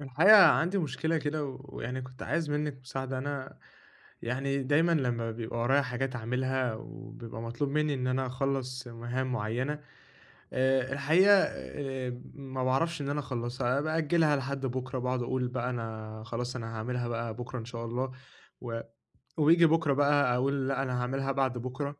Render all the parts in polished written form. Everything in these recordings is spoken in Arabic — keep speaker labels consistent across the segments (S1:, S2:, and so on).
S1: الحقيقة عندي مشكلة كده، ويعني كنت عايز منِّك مساعدة. أنا يعني دايمًا لمّا بيبقى ورايا حاجات أعملها وبيبقى مطلوب منّي إن أنا أخلّص مهام معيّنة، الحقيقة ما باعرفش إن أنا أخلّصها، بأجّلها لحد بُكرة، باقعد أقول بقى أنا خلاص أنا هاعملها بقى بُكرة إن شاء الله، و وييجي بُكرة بقى أقول لأ، أنا هاعملها بعد بُكرة.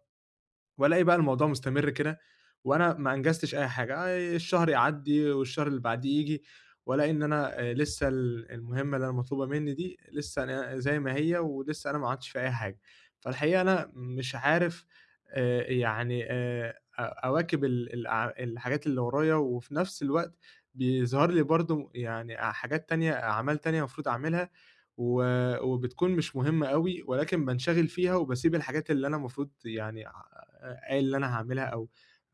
S1: والاقي بقى الموضوع مستمر كده، وأنا ما أنجزتش أي حاجة، الشهر يعدّي والشهر اللي بعديه ييجي، والاقي إن أنا لسه المهمة اللي أنا مطلوبة مني دي لسه أنا زي ما هي، ولسه أنا ما عملتش فيها أي حاجة. فالحقيقة أنا مش عارف يعني أ أواكب ال الأع الحاجات اللي ورايا، وفي نفس الوقت بيظهر لي برضه يعني حاجات تانية، أعمال تانية المفروض أعملها، و وبتكون مش مهمة أوي، ولكن بانشغل فيها وباسيب الحاجات اللي أنا المفروض يعني ع قايل اللي أنا هاعملها، أو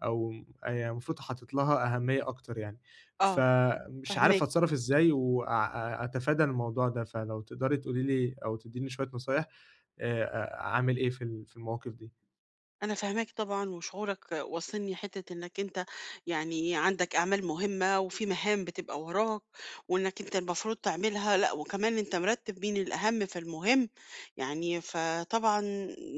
S1: أو آآ المفروض حاطط لها أهمية أكتر يعني.
S2: آه،
S1: فمش عارف
S2: فاهماك.
S1: أتصرّف إزاي، أتفادى الموضوع ده، فلو تقدري تقولي لي أو تدّيني شوية نصايح، أ أعمل إيه في المواقف دي؟
S2: أنا فاهماك طبعًا، وشعورك واصلني حتّة إنّك أنت يعني عندك أعمال مهمة، وفي مهام بتبقى وراك، وإنّك أنت المفروض تعملها، لأ وكمان أنت مرتّب بين الأهم فالمهم، يعني فطبعًا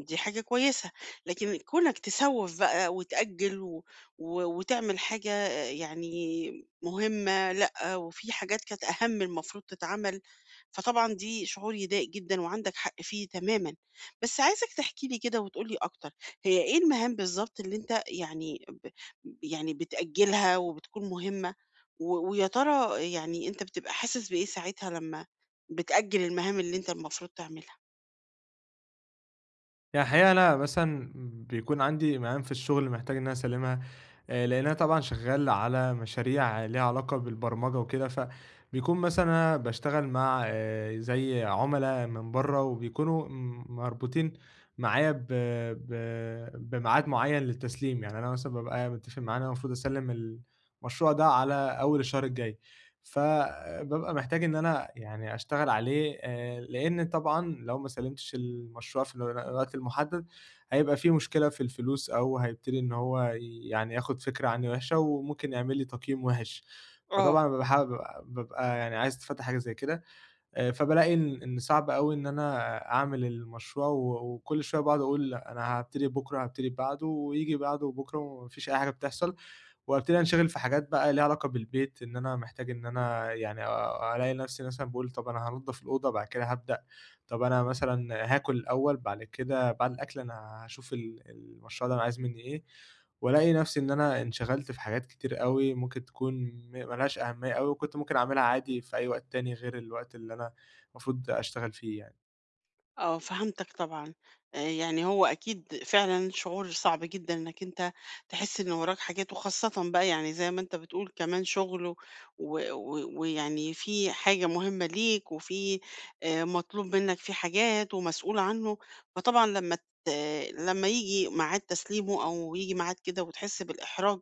S2: دي حاجة كويسة، لكن كونك تسوّف بقى وتأجّل و و وتعمل حاجة يعني مهمة لأ، وفي حاجات كانت أهم المفروض تتعمل، فطبعًا دي شعور يضايق جدًا وعندك حق فيه تمامًا، بس عايزك تحكي لي كده وتقول لي أكتر، هي إيه المهام بالضبط اللي أنت يعني يعني بتأجّلها وبتكون مهمة، و ويا ترى يعني أنت بتبقى حاسس بإيه ساعتها لمّا بتأجّل المهام اللي أنت المفروض تعملها؟
S1: يعني الحقيقة أنا مثلًا بيكون عندي مهام في الشغل محتاج إن أنا أسلّمها، لإن أنا طبعًا شغال على مشاريع ليها علاقة بالبرمجة وكده. فبيكون مثلًا أنا باشتغل مع، زي عُملا من برّه، وبيكونوا مربوطين معايا ب ب بميعاد معيّن للتسليم. يعني أنا مثلًا بابقى متّفق معاه إن أنا المفروض أسلِّم المشروع ده على أول الشهر الجاي، فبابقى محتاج إن أنا يعني أشتغل عليه، لإن طبعًا لو ما سلِّمتش المشروع في الوقت المحدد هيبقى في مشكلة في الفلوس، أو هيبتدي إن هو يعني ياخد فكرة عنّي وِحشة، وممكن يعمل لي تقييم وِحِش.
S2: آه.
S1: فطبعًا بابقى حا بابقى بابقى يعني عايز أتفادى حاجة زي كده. فبالاقي إن صعب أوي إن أنا أعمل المشروع، وكل شوية باقعد أقول لأ، أنا هابتدي بكرة، هابتدي بعده، وييجي بعده وبكرة وما فيش أي حاجة بتحصل. وابتدي أنشغل في حاجات بقى ليها علاقة بالبيت، إن أنا محتاج إن أنا يعني ألاقي نفسي مثلًا باقول طَب أنا هانضّف الأوضة بعد كده هابدأ، طَب أنا مثلًا هاكل الأول بعد كده بعد الأكل أنا هاشوف المشروع ده أنا عايز منّي إيه. والاقي نفسي إن أنا انشغلت في حاجات كتير أوي ممكن تكون ما لهاش أهمية أوي، وكنت ممكن أعملها عادي في أي وقت تاني غير الوقت اللي أنا المفروض أشتغل فيه يعني.
S2: آه، فهمتك طبعًا. يعني هو أكيد فعلًا شعور صعب جدًا إنك أنت تحس إن وراك حاجات، وخاصةً بقى يعني زي ما أنت بتقول كمان شغل و و ويعني في حاجة مهمة ليك، وفي مطلوب منك في حاجات ومسؤول عنه، فطبعًا ت لمّا ييجي ميعاد تسليمه أو ييجي ميعاد كده وتحس بالإحراج،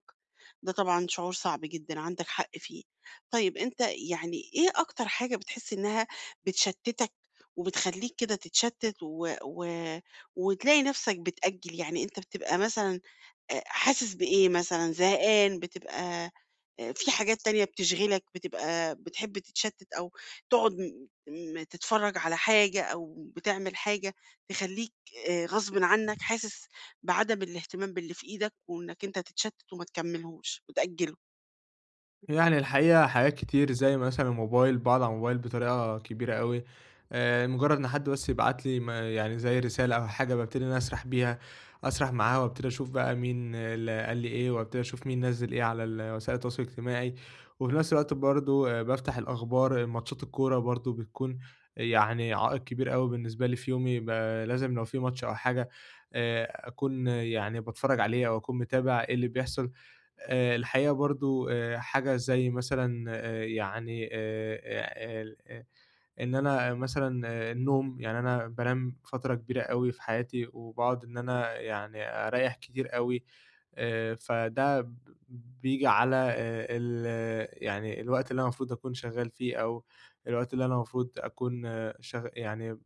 S2: ده طبعًا شعور صعب جدًا، عندك حق فيه. طيب أنت يعني إيه أكتر حاجة بتحس إنها بتشتتك وبتخلّيك كده تتشتّت و و وتلاقي نَفْسك بتأجّل، يعني أنت بتبقى مثلًا حاسس بإيه مثلًا، زهقان، بتبقى في حاجات تانية بتشغلك، بتبقى بتحب تتشتّت أو تقعد م م تتفرّج على حاجة أو بتعمل حاجة تخلّيك غصبٍ عنّك حاسس بعدم الاهتمام باللي في إيدك وإنّك أنت تتشتّت وما تكمّلهوش وتأجّله.
S1: يعني الحقيقة حاجات كتير، زي مثلًا الموبايل، باقعد على الموبايل بطريقة كبيرة أوي. مجرد إن حد بس يبعت لي، ما يعني زي رسالة أو حاجة، بابتدي إن أنا أسرح بيها، أسرح معاها، وابتدي أشوف بقى مين اللي قال لي إيه، وابتدي أشوف مين نزّل إيه على وسائل التواصل الاجتماعي. وفي نفس الوقت برضه بافتح الأخبار، ماتشات الكورة برضه بتكون يعني عائق كبير أوي بالنسبة لي في يومي. لازم لو في ماتش أو حاجة، أكون يعني باتفرج عليه، أو أكون متابع إيه اللي بيحصل. الحقيقة برضه حاجة زي مثلًا، يعني ال إن أنا مثلًا آه، النوم، يعني أنا بانام فترة كبيرة أوي في حياتي، وباقعد إن أنا يعني أريّح كتير أوي. فده بييجي على ال يعني الوقت اللي أنا المفروض أكون شغّال فيه، أو الوقت اللي أنا المفروض أكون آه، يعني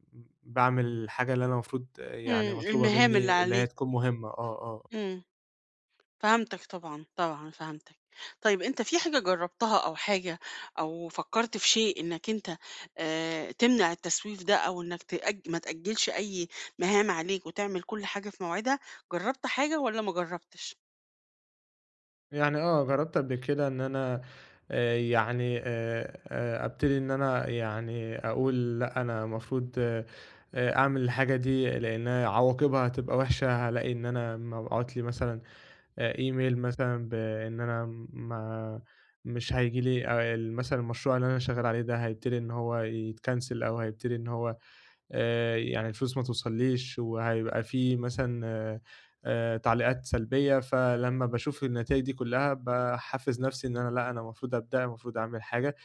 S1: باعمل الحاجة اللي أنا المفروض آه، يعني
S2: إمم،
S1: مطلوبة
S2: المهام اللي
S1: منّي، اللي هي
S2: عليك.
S1: تكون مهمة. آه، آه.
S2: إمم. فهمتك طبعًا، طبعًا فهمتك. طيب أنت في حاجة جرّبتها أو حاجة أو فكّرت في شيء إنّك أنت تمنع التسويف ده أو إنّك ما تأجّلش أي مهام عليك وتعمل كل حاجة في مواعيدها، جرّبت حاجة والّا ما جرّبتش؟
S1: يعني آه، جرّبت قبل كده إن أنا، يعني أبتدي إن أنا يعني أقول لأ، أنا المفروض، أعمل الحاجة دي لإن عواقبها هتبقى وِحشة. هالاقي إن أنا مبعوت لي مثلًا، إيميل مثلًا، بإن أنا ما مش هييجي لي ال مثلًا المشروع اللي أنا شغّال عليه ده هيبتدي إن هو يتكنسل، أو هيبتدي إن هو يعني الفلوس ما توصلّيش، وهيبقى في مثلًا تعليقات سلبية. فلمّا باشوف النتايج دي كلّها، باحفّز نَفْسي إن أنا لأ، أنا المفروض أبدأ، المفروض أعمل حاجة.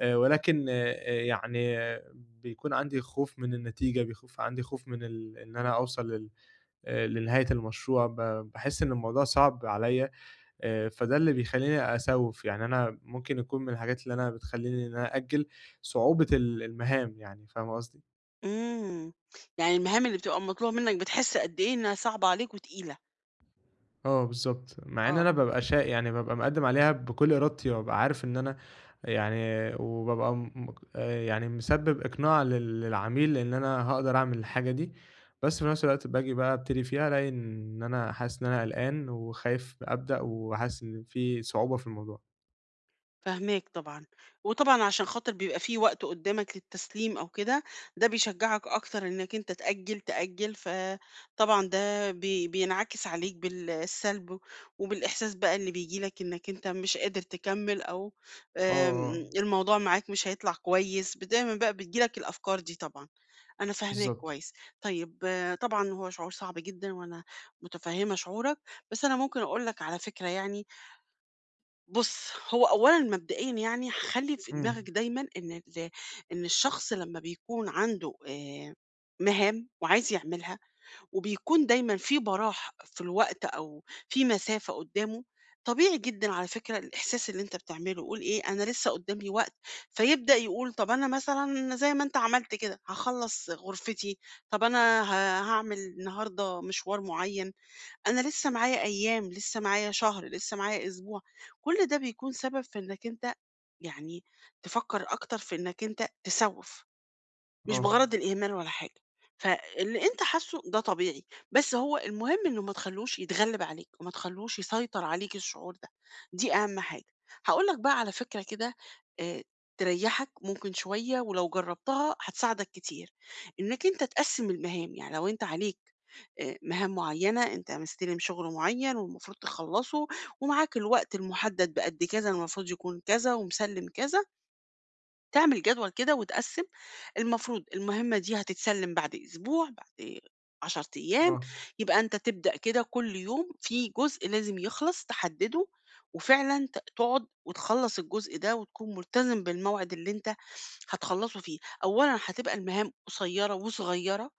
S1: ولكن يعني يعني بيكون عندي خوف من النتيجة. عندي خوف من إن أنا أوصل لل لنهاية المشروع. باحس إن الموضوع صعب عليّا. فده اللي بيخلّيني أسَوِّف. يعني أنا ممكن يكون من الحاجات اللي أنا بتخلّيني إن أنا أأجّل صعوبة المهام يعني. فاهمة قصدي؟
S2: إمم. يعني المهام اللي بتبقى مطلوبة منّك بتحس قد إيه إنّها صعبة عليك وتقيلة.
S1: آه بالضبط، مع إن
S2: آه.
S1: أنا بابقى شا يعني بابقى مقدّم عليها بكل إرادتي، وبابقى عارف إن أنا يعني، وبابقى م يعني مسبب إقناع للعميل إن أنا هاقدر أعمل الحاجة دي. بس في نفس الوقت باجي بقى أبتدي فيها، ألاقي إن أنا حاسس إن أنا قلقان، وخايف أبدأ، وحاسس إن في صعوبة في الموضوع.
S2: فاهماك طبعًا، وطبعًا عشان خاطر بيبقى في وقت قدّامك للتسليم أو كده، ده بيشجعك أكتر إنك أنت تأجّل، تأجّل، فطبعًا ده بينعكس عليك بالسلب وبالإحساس بقى اللي بييجي لك إنك أنت مش قادر تكمّل أو
S1: آه،
S2: آمم
S1: آه، آه،
S2: الموضوع معاك مش هيطلع كويس، دايمًا بقى بتيجي لك الأفكار دي طبعًا، أنا فاهماك
S1: بالضبط.
S2: كويس. طيب آه، طبعًا هو شعور صعب جدًا وأنا متفهّمة شعورك، بس أنا ممكن أقول لك على فكرة يعني بُص، هو أولًا مبدئيًا يعني خلّي في دماغك
S1: إمم.
S2: دايمًا إن إن الشخص لمّا بيكون عنده مهام وعايز يعملها وبيكون دايمًا في براح في الوقت أو في مسافة قدّامه، طبيعي جدًا على فكرة الإحساس اللي أنت بتعمله، قُل إيه أنا لسه قدّامي وقت، فيبدأ يقول طَب أنا مثلًا زي ما أنت عملت كده، هاخلّص غرفتي، طَب أنا هاعمل النهارده مشوار معيّن. أنا لسه معايا أيام، لسه معايا شهر، لسه معايا أسبوع، كل ده بيكون سبب في إنك أنت يعني تفكّر أكتر في إنك أنت تسوّف. مش
S1: آه،
S2: بغرض الإهمال ولا حاجة، فاللي أنت حاسُّه ده طبيعي، بس هو المهم إنه ما تخلّوش يتغلِّب عليك وما تخلّوش يسيطر عليك الشعور ده، دي أهَم حاجة. هاقول لك بقى على فكرة كده آآ تريّحك ممكن شوية ولو جرّبتها هتساعدك كتير، إنّك أنت تقسِّم المهام، يعني لو أنت عليك مهام معيّنة، أنت مستلم شُغل معيّن والمفروض تخلّصه ومعاك الوقت المُحدَّد بقد كذا المفروض يكون كذا ومسلِّم كذا، تعمل جدول كده وتقسّم، المفروض المهمة دي هتتسلّم بعد أسبوع، بعد 10 أيام،
S1: آه،
S2: يبقى أنت تبدأ كده كل يوم في جزء لازم يخلص تحدّده، وفعلًا تقعد وتخلّص الجزء ده وتكون ملتزم بالموعد اللي أنت هتخلّصه فيه. أولًا هتبقى المهام قصيّرة وصغيّرة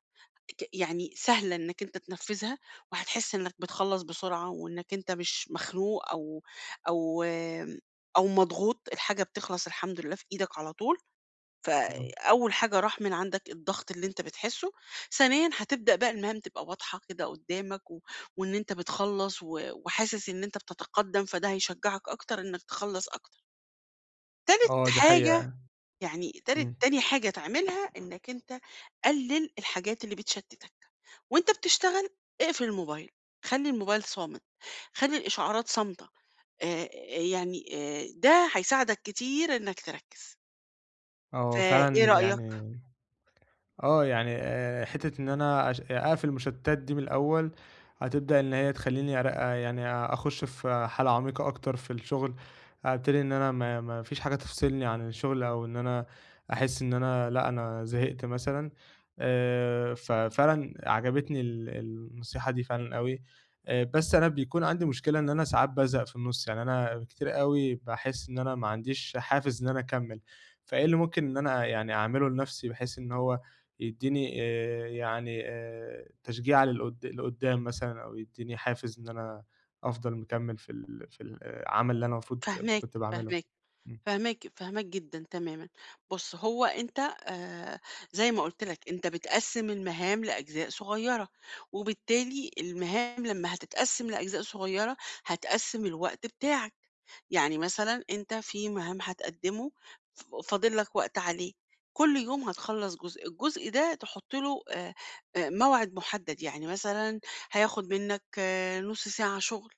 S2: يعني سهلة إنّك أنت تنفّذها، وهتحس إنّك بتخلّص بسرعة وإنّك أنت مش مخنوق أو آمم، أو مضغوط، الحاجة بتخلص الحمد لله في إيدك على طول.
S1: آه،
S2: فأول حاجة راح من عندك الضغط اللي أنت بتحسه، ثانيًا هتبدأ بقى المهام تبقى واضحة كده قدامك و وإن أنت بتخلّص و وحاسس إن أنت بتتقدّم، فده هيشجعك أكتر إنك تخلّص أكتر. تالت
S1: آه، دي
S2: حاجة
S1: حقيقة.
S2: يعني تالت
S1: إمم.
S2: تاني حاجة تعملها إنك أنت قلِّل الحاجات اللي بتشتتك، وأنت بتشتغل اقفل الموبايل، خلّي الموبايل صامت، خلّي الإشعارات صامتة، آآ يعني ده هيساعدك كتير إنك تركّز،
S1: آه
S2: فإيه
S1: فعلًا
S2: رأيك؟
S1: يعني آه، يعني حتّة إن أنا أقفل المشتتات دي من الأول، هتبدأ إن هي تخلّيني أر آه، يعني أخُش في حالة عميقة أكتر في الشغل. أبتدي إن أنا ما فيش حاجة تفصلني عن الشغل، أو إن أنا أحس إن أنا لأ، أنا زهقت مثلًا. ففعلًا عجبتني النصيحة دي فعلًا أوي. بس أنا بيكون عندي مشكلة إن أنا ساعات بازهق في النُص. يعني أنا كتير أوي باحس إن أنا ما عنديش حافز إن أنا أكمّل، فإيه اللي ممكن إن أنا يعني أعمله لنَفْسي بحيث إن هو يدّيني، يعني تشجيع لقدّام مثلًا، أو يدّيني حافز إن أنا أفضل مكمّل في العمل اللي أنا المفروض
S2: فاهماك،
S1: كنت باعمله.
S2: فاهماك،
S1: إمم.
S2: فاهماك، فاهماك جدًا تمامًا. بُص، هو أنت زي ما قُلت لك، أنت بتقسّم المهام لأجزاء صغيّرة، وبالتالي المهام لمّا هتتقسّم لأجزاء صغيّرة، هتقسّم الوقت بتاعك. يعني مثلًا أنت في مهام هتقدّمه فاضل لك وقت عليه، كل يوم هتخلّص جزء، الجزء ده تحُط له موعد مُحدّد، يعني مثلًا هياخُد منّك آه، نُص ساعة شُغل،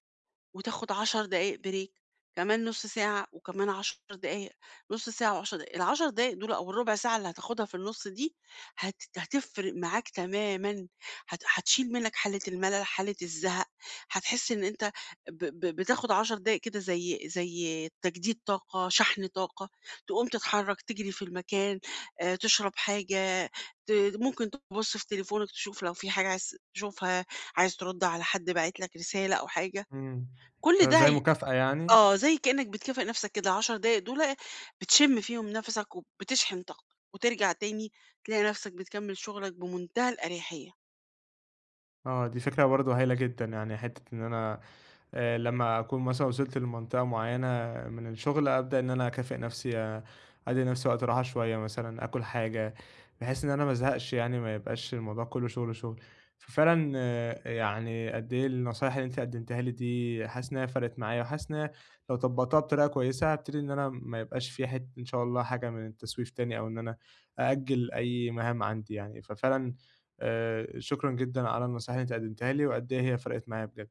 S2: وتاخد 10 دقايق بريك، كمان نُص ساعة، وكمان 10 دقايق، نُص ساعة و10 دقايق، ال10 دقايق دول أو الربع ساعة اللي هتاخدها في النُص دي هتفرق معاك تمامًا، هتشيل منك حالة الملل، حالة الزهق، هتحس إن أنت ب ب بتاخد 10 دقايق كده زي تجديد طاقة، شحن طاقة، تقوم تتحرك، تجري في المكان، تشرب حاجة، ممكن تبُص في تليفونك تشوف لو في حاجة عايز تشوفها، عايز ترُد على حد باعت لك رسالة أو حاجة.
S1: إمم.
S2: كل
S1: ده
S2: ده
S1: زي مكافأة يعني؟
S2: آه، زي كإنّك بتكافئ نَفْسك كده، ال10 دقايق دُولة بتشِم فيهم نَفَسك وبتشحن طاقتك، وترجع تاني تلاقي نَفْسك بتكمّل شُغلك بمنتهى الأريحية.
S1: آه، دي فكرة برضه هايلة جدًا، يعني حتّة إن أنا لمّا أكون مثلًا وصلت لمنطقة معيّنة من الشغل، أبدأ إن أنا أكافئ نَفْسي، أدّي لنَفْسي وقت راحة شوية مثلًا، آكُل حاجة، بحيث إن أنا ما ازهقش يعني، ما يبقاش الموضوع كُلّه شُغل، شُغل. ففعلًا آه، يعني قد إيه النصايح اللي أنتِ قدّمتيها لي دي، حاسس إن هي فرقِت معايا، وحاسس إن هي لو طبّقتها بطريقة كويسة، هابتدي إن أنا ما يبقاش في حتّة إن شاء الله حاجة من التسويف تاني، أو إن أنا أأجّل أي مهام عندي يعني. ففعلًا شكرًا جدًا على النصايح اللي أنتِ قدمتيها لي، وقد إيه هي فرقِت معايا بجد.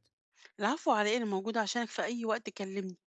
S2: العفو على إيه، أنا موجودة عشانك في أي وقت كلّمني.